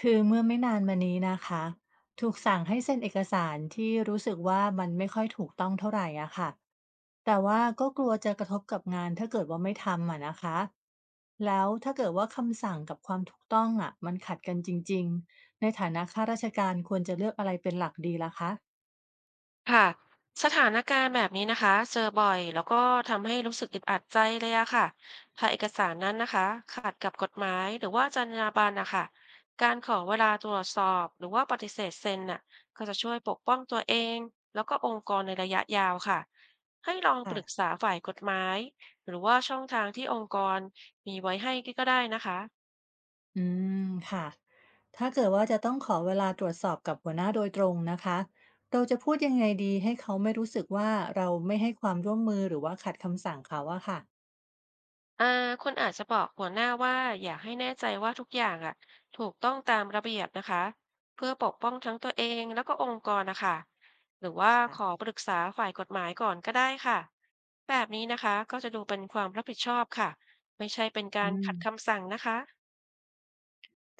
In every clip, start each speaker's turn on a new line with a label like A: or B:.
A: คือเมื่อไม่นานมานี้นะคะถูกสั่งให้เซ็นเอกสารที่รู้สึกว่ามันไม่ค่อยถูกต้องเท่าไหร่อะค่ะแต่ว่าก็กลัวจะกระทบกับงานถ้าเกิดว่าไม่ทำอะนะคะแล้วถ้าเกิดว่าคำสั่งกับความถูกต้องอะมันขัดกันจริงๆในฐานะข้าราชการควรจะเลือกอะไรเป็นหลักดีล่ะคะ
B: ค่ะสถานการณ์แบบนี้นะคะเจอบ่อยแล้วก็ทำให้รู้สึกอึดอัดใจเลยอะค่ะถ้าเอกสารนั้นนะคะขัดกับกฎหมายหรือว่าจรรยาบรรณนะคะการขอเวลาตรวจสอบหรือว่าปฏิเสธเซ็นน่ะก็จะช่วยปกป้องตัวเองแล้วก็องค์กรในระยะยาวค่ะให้ลองป
A: ค่ะ
B: รึกษาฝ่ายกฎหมายหรือว่าช่องทางที่องค์กรมีไว้ให้ก็ได้นะคะ
A: อืมค่ะถ้าเกิดว่าจะต้องขอเวลาตรวจสอบกับหัวหน้าโดยตรงนะคะเราจะพูดยังไงดีให้เขาไม่รู้สึกว่าเราไม่ให้ความร่วมมือหรือว่าขัดคำสั่งเขาอะค่ะ
B: อ่าคุณอาจจะบอกหัวหน้าว่าอยากให้แน่ใจว่าทุกอย่างอ่ะถูกต้องตามระเบียบนะคะเพื่อปกป้องทั้งตัวเองแล้วก็องค์กรนะคะหรือว่าขอปรึกษาฝ่ายกฎหมายก่อนก็ได้ค่ะแบบนี้นะคะก็จะดูเป็นความรับผิดชอบค่ะไม่ใช่เป็นกา
A: อื
B: ร
A: ม
B: ขัดคำสั่งนะคะ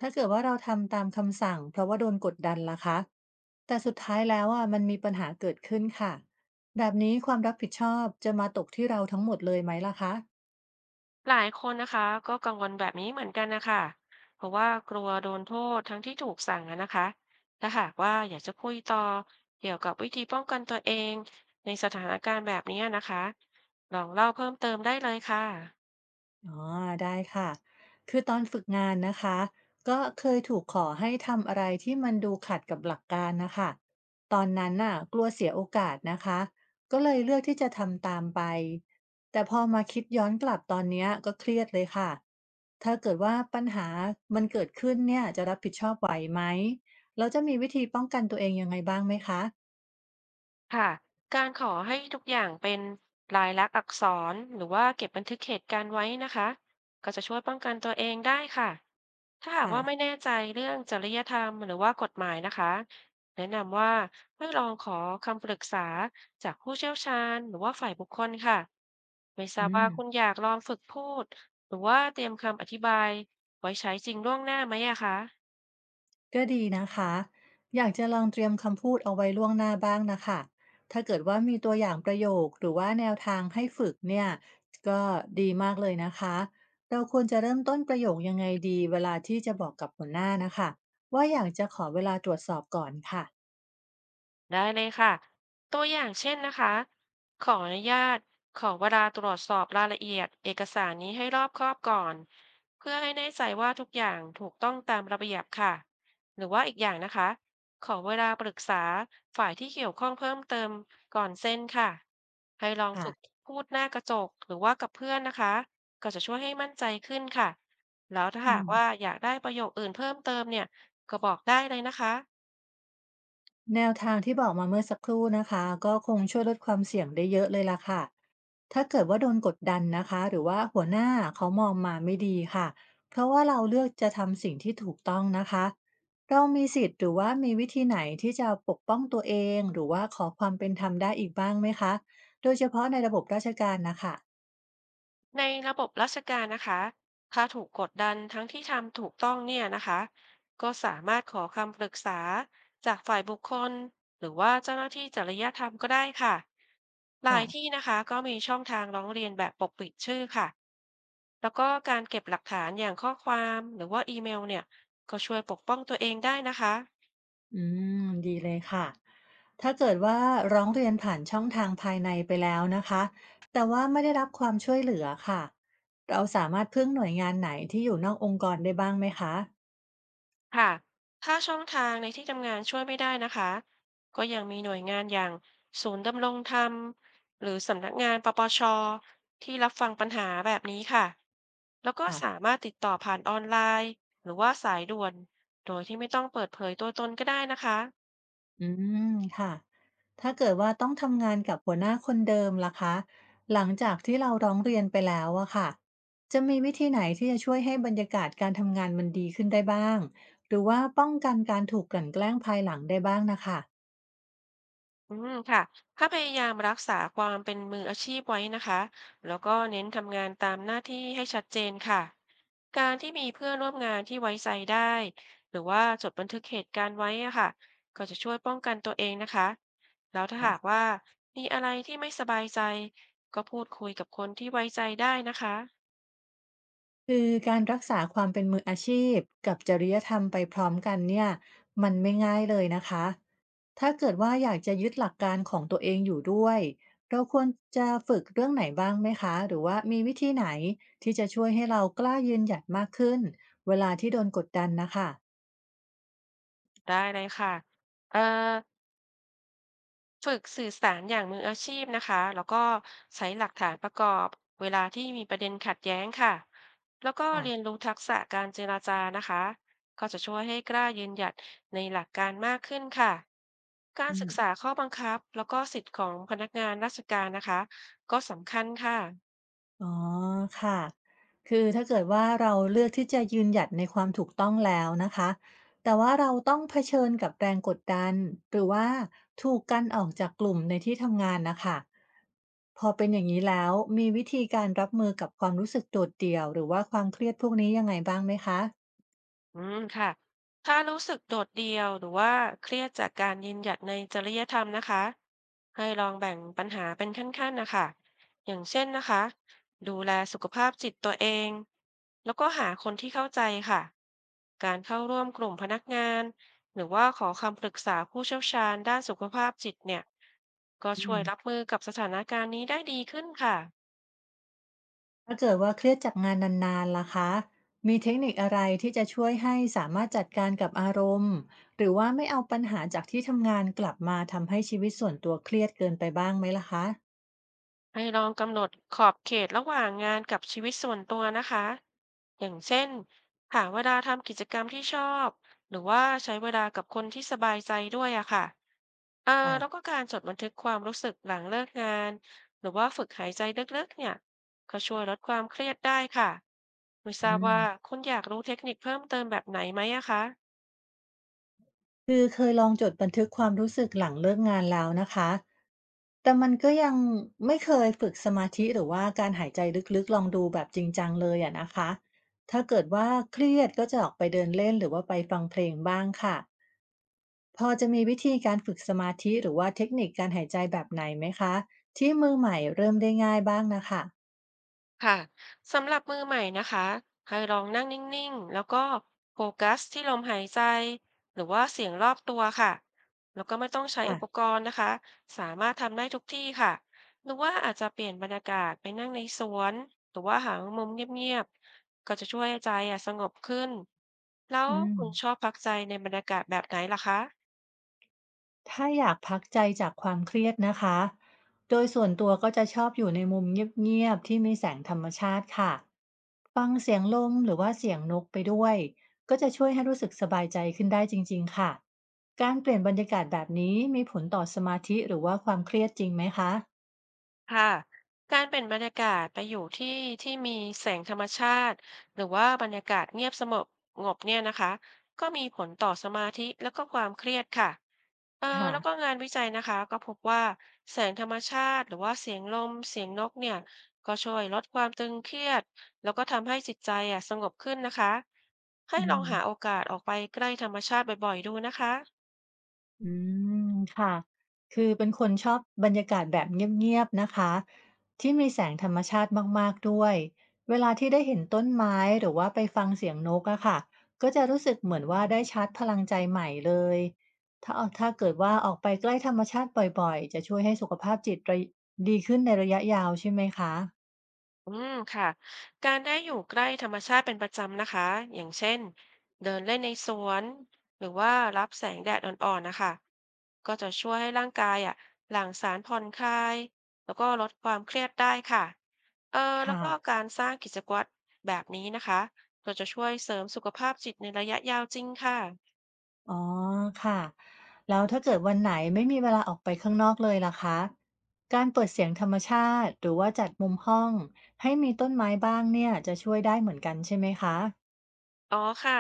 A: ถ้าเกิดว่าเราทำตามคำสั่งเพราะว่าโดนกดดันล่ะคะแต่สุดท้ายแล้วอะมันมีปัญหาเกิดขึ้นค่ะแบบนี้ความรับผิดชอบจะมาตกที่เราทั้งหมดเลยไหมล่ะคะ
B: หลายคนนะคะก็กังวลแบบนี้เหมือนกันนะคะเพราะว่ากลัวโดนโทษทั้งที่ถูกสั่งอะนะคะถ้าหากว่าอยากจะคุยต่อเกี่ยวกับวิธีป้องกันตัวเองในสถานการณ์แบบนี้นะคะลองเล่าเพิ่มเติมได้เลยค่ะ
A: อ๋อได้ค่ะคือตอนฝึกงานนะคะก็เคยถูกขอให้ทำอะไรที่มันดูขัดกับหลักการนะคะตอนนั้นน่ะกลัวเสียโอกาสนะคะก็เลยเลือกที่จะทำตามไปแต่พอมาคิดย้อนกลับตอนเนี้ยก็เครียดเลยค่ะถ้าเกิดว่าปัญหามันเกิดขึ้นเนี่ยจะรับผิดชอบไหวไหมเราจะมีวิธีป้องกันตัวเองยังไงบ้างไหมคะ
B: ค่ะการขอให้ทุกอย่างเป็นลายลักษณ์อักษรหรือว่าเก็บบันทึกเหตุการณ์ไว้นะคะก็จะช่วยป้องกันตัวเองได้ค่ะ ถ้าหาก
A: ค่ะ
B: ว่าไม่แน่ใจเรื่องจริยธรรมหรือว่ากฎหมายนะคะแนะนำว่าให้ลองขอคำปรึกษาจากผู้เชี่ยวชาญหรือว่าฝ่ายบุคคลค่ะไม่ทราบ
A: อื
B: ว่า
A: ม
B: คุณอยากลองฝึกพูดหรือว่าเตรียมคำอธิบายไว้ใช้จริงล่วงหน้าไหมอะคะ
A: ก็ดีนะคะ อยากจะลองเตรียมคำพูดเอาไว้ล่วงหน้าบ้างนะคะ ถ้าเกิดว่ามีตัวอย่างประโยคหรือว่าแนวทางให้ฝึกเนี่ยก็ดีมากเลยนะคะ เราควรจะเริ่มต้นประโยคยังไงดีเวลาที่จะบอกกับหัวหน้านะคะว่าอยากจะขอเวลาตรวจสอบก่อนค่ะ
B: ได้เลยค่ะตัวอย่างเช่นนะคะขออนุญาตขอเวลาตรวจสอบรายละเอียดเอกสารนี้ให้รอบคอบก่อนเพื่อให้แน่ใจว่าทุกอย่างถูกต้องตามระเบียบค่ะ หรือว่าอีกอย่างนะคะขอเวลาปรึกษาฝ่ายที่เกี่ยวข้องเพิ่มเติมก่อนเซ็นค่ะ ให้ลอง
A: ค่ะ
B: ฝึกพูดหน้ากระจกหรือว่ากับเพื่อนนะคะก็จะช่วยให้มั่นใจขึ้นค่ะ แล้วถ้า
A: อื
B: หาก
A: ม
B: ว่าอยากได้ประโยคอื่นเพิ่มเติมเนี่ยก็บอกได้เลยนะคะ
A: แนวทางที่บอกมาเมื่อสักครู่นะคะก็คงช่วยลดความเสี่ยงได้เยอะเลยล่ะค่ะถ้าเกิดว่าโดนกดดันนะคะหรือว่าหัวหน้าเขามองมาไม่ดีค่ะเพราะว่าเราเลือกจะทำสิ่งที่ถูกต้องนะคะเรามีสิทธิ์หรือว่ามีวิธีไหนที่จะปกป้องตัวเองหรือว่าขอความเป็นธรรมได้อีกบ้างไหมคะโดยเฉพาะในระบบราชการนะคะ
B: ในระบบราชการนะคะ ถ้าถูกกดดันทั้งที่ทำถูกต้องเนี่ยนะคะ ก็สามารถขอคำปรึกษาจากฝ่ายบุคคลหรือว่าเจ้าหน้าที่จริยธรรมก็ได้ค่ะหลาย
A: ค่ะ
B: ที่นะคะก็มีช่องทางร้องเรียนแบบปกปิดชื่อค่ะ แล้วก็การเก็บหลักฐานอย่างข้อความหรือว่าอีเมลเนี่ย ก็ช่วยปกป้องตัวเองได้นะคะ
A: อืมดีเลยค่ะ ถ้าเกิดว่าร้องเรียนผ่านช่องทางภายในไปแล้วนะคะแต่ว่าไม่ได้รับความช่วยเหลือค่ะ เราสามารถพึ่งหน่วยงานไหนที่อยู่นอกองค์กรได้บ้างไหมคะ
B: ค่ะถ้าช่องทางในที่ทำงานช่วยไม่ได้นะคะ ก็ยังมีหน่วยงานอย่างศูนย์ดำรงธรรมหรือสำนักงานปปชที่รับฟังปัญหาแบบนี้ค่ะ แล้วก็สา
A: ค่ะ
B: มารถติดต่อผ่านออนไลน์หรือว่าสายด่วนโดยที่ไม่ต้องเปิดเผยตัวตนก็ได้นะคะ
A: อืมค่ะถ้าเกิดว่าต้องทำงานกับหัวหน้าคนเดิมล่ะคะ หลังจากที่เราร้องเรียนไปแล้วอะค่ะจะมีวิธีไหนที่จะช่วยให้บรรยากาศการทำงานมันดีขึ้นได้บ้าง หรือว่าป้องกันการถูกกลั่นแกล้งภายหลังได้บ้างนะคะ
B: อืมค่ะถ้าพยายามรักษาความเป็นมืออาชีพไว้นะคะ แล้วก็เน้นทำงานตามหน้าที่ให้ชัดเจนค่ะ การที่มีเพื่อนร่วมงานที่ไว้ใจได้ หรือว่าจดบันทึกเหตุการณ์ไว้อะค่ะก็จะช่วยป้องกันตัวเองนะคะ แล้วถ้าหากว่ามีอะไรที่ไม่สบายใจ ก็พูดคุยกับคนที่ไว้ใจได้นะคะ
A: คือการรักษาความเป็นมืออาชีพกับจริยธรรมไปพร้อมกันเนี่ยมันไม่ง่ายเลยนะคะถ้าเกิดว่าอยากจะยึดหลักการของตัวเองอยู่ด้วยเราควรจะฝึกเรื่องไหนบ้างไหมคะหรือว่ามีวิธีไหนที่จะช่วยให้เรากล้ายืนหยัดมากขึ้นเวลาที่โดนกดดันนะคะ
B: ได้เลยค่ะเอ่อ ฝึกสื่อสารอย่างมืออาชีพนะคะ แล้วก็ใช้หลักฐานประกอบเวลาที่มีประเด็นขัดแย้งค่ะ แล้วก็เรียน
A: อ่ะ
B: รู้ทักษะการเจรจานะคะ ก็จะช่วยให้กล้ายืนหยัดในหลักการมากขึ้นค่ะ การ
A: อื
B: ศึ
A: ม
B: กษาข้อบังคับแล้วก็สิทธิ์ของพนักงานราชการนะคะก็สำคัญค่ะ
A: อ๋อค่ะคือถ้าเกิดว่าเราเลือกที่จะยืนหยัดในความถูกต้องแล้วนะคะแต่ว่าเราต้องเผชิญกับแรงกดดันหรือว่าถูกกันออกจากกลุ่มในที่ทำงานนะคะพอเป็นอย่างนี้แล้วมีวิธีการรับมือกับความรู้สึกโดดเดี่ยวหรือว่าความเครียดพวกนี้ยังไงบ้างไหมคะ
B: อืมค่ะ ถ้ารู้สึกโดดเดี่ยวหรือว่าเครียดจากการยืนหยัดในจริยธรรมนะคะ ให้ลองแบ่งปัญหาเป็นขั้นๆนะคะ อย่างเช่นนะคะ ดูแลสุขภาพจิตตัวเอง แล้วก็หาคนที่เข้าใจค่ะ การเข้าร่วมกลุ่มพนักงาน หรือว่าขอคำปรึกษาผู้เชี่ยวชาญด้านสุขภาพจิตเนี่ย ก็ช่วยรับมือกับสถานการณ์นี้ได้ดีขึ้นค่ะ
A: ถ้าเกิดว่าเครียดจากงานนานๆล่ะคะมีเทคนิคอะไรที่จะช่วยให้สามารถจัดการกับอารมณ์หรือว่าไม่เอาปัญหาจากที่ทำงานกลับมาทำให้ชีวิตส่วนตัวเครียดเกินไปบ้างไหมล่ะคะ
B: ให้ลองกำหนดขอบเขตระหว่างงานกับชีวิตส่วนตัวนะคะอย่างเช่นหาเวลาทำกิจกรรมที่ชอบหรือว่าใช้เวลากับคนที่สบายใจด้วยอะค่ะเอ่อ
A: ค่ะ
B: แล้วก็การจดบันทึกความรู้สึกหลังเลิกงานหรือว่าฝึกหายใจลึกๆเนี่ยก็ช่วยลดความเครียดได้ค่ะไม่ทรา
A: อื
B: บ
A: ม
B: ว่าคุณอยากรู้เทคนิคเพิ่มเติมแบบไหนไหมอะคะ
A: คือเคยลองจดบันทึกความรู้สึกหลังเลิกงานแล้วนะคะแต่มันก็ยังไม่เคยฝึกสมาธิหรือว่าการหายใจลึกๆลองดูแบบจริงจังเลยอะนะคะถ้าเกิดว่าเครียดก็จะออกไปเดินเล่นหรือว่าไปฟังเพลงบ้างค่ะ พอจะมีวิธีการฝึกสมาธิหรือว่าเทคนิคการหายใจแบบไหนไหมคะที่มือใหม่เริ่มได้ง่ายบ้างนะคะ
B: ค่ะสำหรับมือใหม่นะคะให้ลองนั่งนิ่งๆแล้วก็โฟกัสที่ลมหายใจหรือว่าเสียงรอบตัวค่ะแล้วก็ไม่ต้องใช้
A: ค่ะ
B: อุปกรณ์นะคะสามารถทำได้ทุกที่ค่ะหรือว่าอาจจะเปลี่ยนบรรยากาศไปนั่งในสวนหรือว่าหามุมเงียบๆก็จะช่วยให้ใจอะสงบขึ้นแล้ว
A: อืม
B: คุณชอบพักใจในบรรยากาศแบบไหนล่ะคะ
A: ถ้าอยากพักใจจากความเครียดนะคะโดยส่วนตัวก็จะชอบอยู่ในมุมเงียบๆที่มีแสงธรรมชาติค่ะฟังเสียงลมหรือว่าเสียงนกไปด้วยก็จะช่วยให้รู้สึกสบายใจขึ้นได้จริงๆค่ะการเปลี่ยนบรรยากาศแบบนี้มีผลต่อสมาธิหรือว่าความเครียดจริงไหมคะ
B: ค่ะการเปลี่ยนบรรยากาศไปอยู่ที่ที่มีแสงธรรมชาติหรือว่าบรรยากาศเงียบสงบเนี่ยนะคะก็มีผลต่อสมาธิแล้วก็ความเครียดค่ะ
A: ค่ะ
B: แล้วก็งานวิจัยนะคะก็พบว่าแสงธรรมชาติหรือว่าเสียงลมเสียงนกเนี่ยก็ช่วยลดความตึงเครียดแล้วก็ทำให้จิตใจอ่ะสงบขึ้นนะคะให้
A: อื
B: ลอง
A: ม
B: หาโอกาสออกไปใกล้ธรรมชาติบ่อยๆดูนะคะ
A: อืมค่ะ คือเป็นคนชอบบรรยากาศแบบเงียบๆนะคะที่มีแสงธรรมชาติมากๆด้วยเวลาที่ได้เห็นต้นไม้หรือว่าไปฟังเสียงนกอะค่ะก็จะรู้สึกเหมือนว่าได้ชาร์จพลังใจใหม่เลยถ้าถ้าเกิดว่าออกไปใกล้ธรรมชาติบ่อยๆจะช่วยให้สุขภาพจิตระดีขึ้นในระยะยาวใช่ไหมคะ
B: อืมค่ะการได้อยู่ใกล้ธรรมชาติเป็นประจำนะคะอย่างเช่นเดินเล่นในสวนหรือว่ารับแสงแดดอ่อนๆนะคะก็จะช่วยให้ร่างกายอ่ะหลั่งสารผ่อนคลายแล้วก็ลดความเครียดได้ค่ะเออแล้ว
A: ค่ะ
B: ก็การสร้างกิจวัตรแบบนี้นะคะก็จะช่วยเสริมสุขภาพจิตในระยะยาวจริงค่ะ
A: อ๋อค่ะแล้วถ้าเกิดวันไหนไม่มีเวลาออกไปข้างนอกเลยล่ะคะการเปิดเสียงธรรมชาติหรือว่าจัดมุมห้องให้มีต้นไม้บ้างเนี่ยจะช่วยได้เหมือนกันใช่ไหมคะ
B: อ๋อค่ะ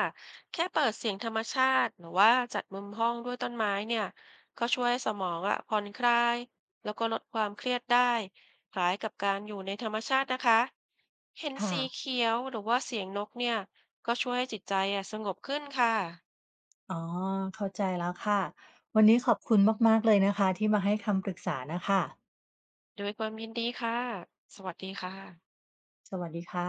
B: แค่เปิดเสียงธรรมชาติหรือว่าจัดมุมห้องด้วยต้นไม้เนี่ยก็ช่วยให้สมองอะผ่อนคลายแล้วก็ลดความเครียดได้คล้ายกับการอยู่ในธรรมชาตินะคะเห็น
A: ค่ะ
B: สีเขียวหรือว่าเสียงนกเนี่ยก็ช่วยให้จิตใจอะสงบขึ้นค่ะ
A: อ๋อเข้าใจแล้วค่ะวันนี้ขอบคุณมากๆเลยนะคะที่มาให้คำปรึกษานะคะ
B: ด้วยความยินดีค่ะสวัสดีค่ะ
A: สวัสดีค่ะ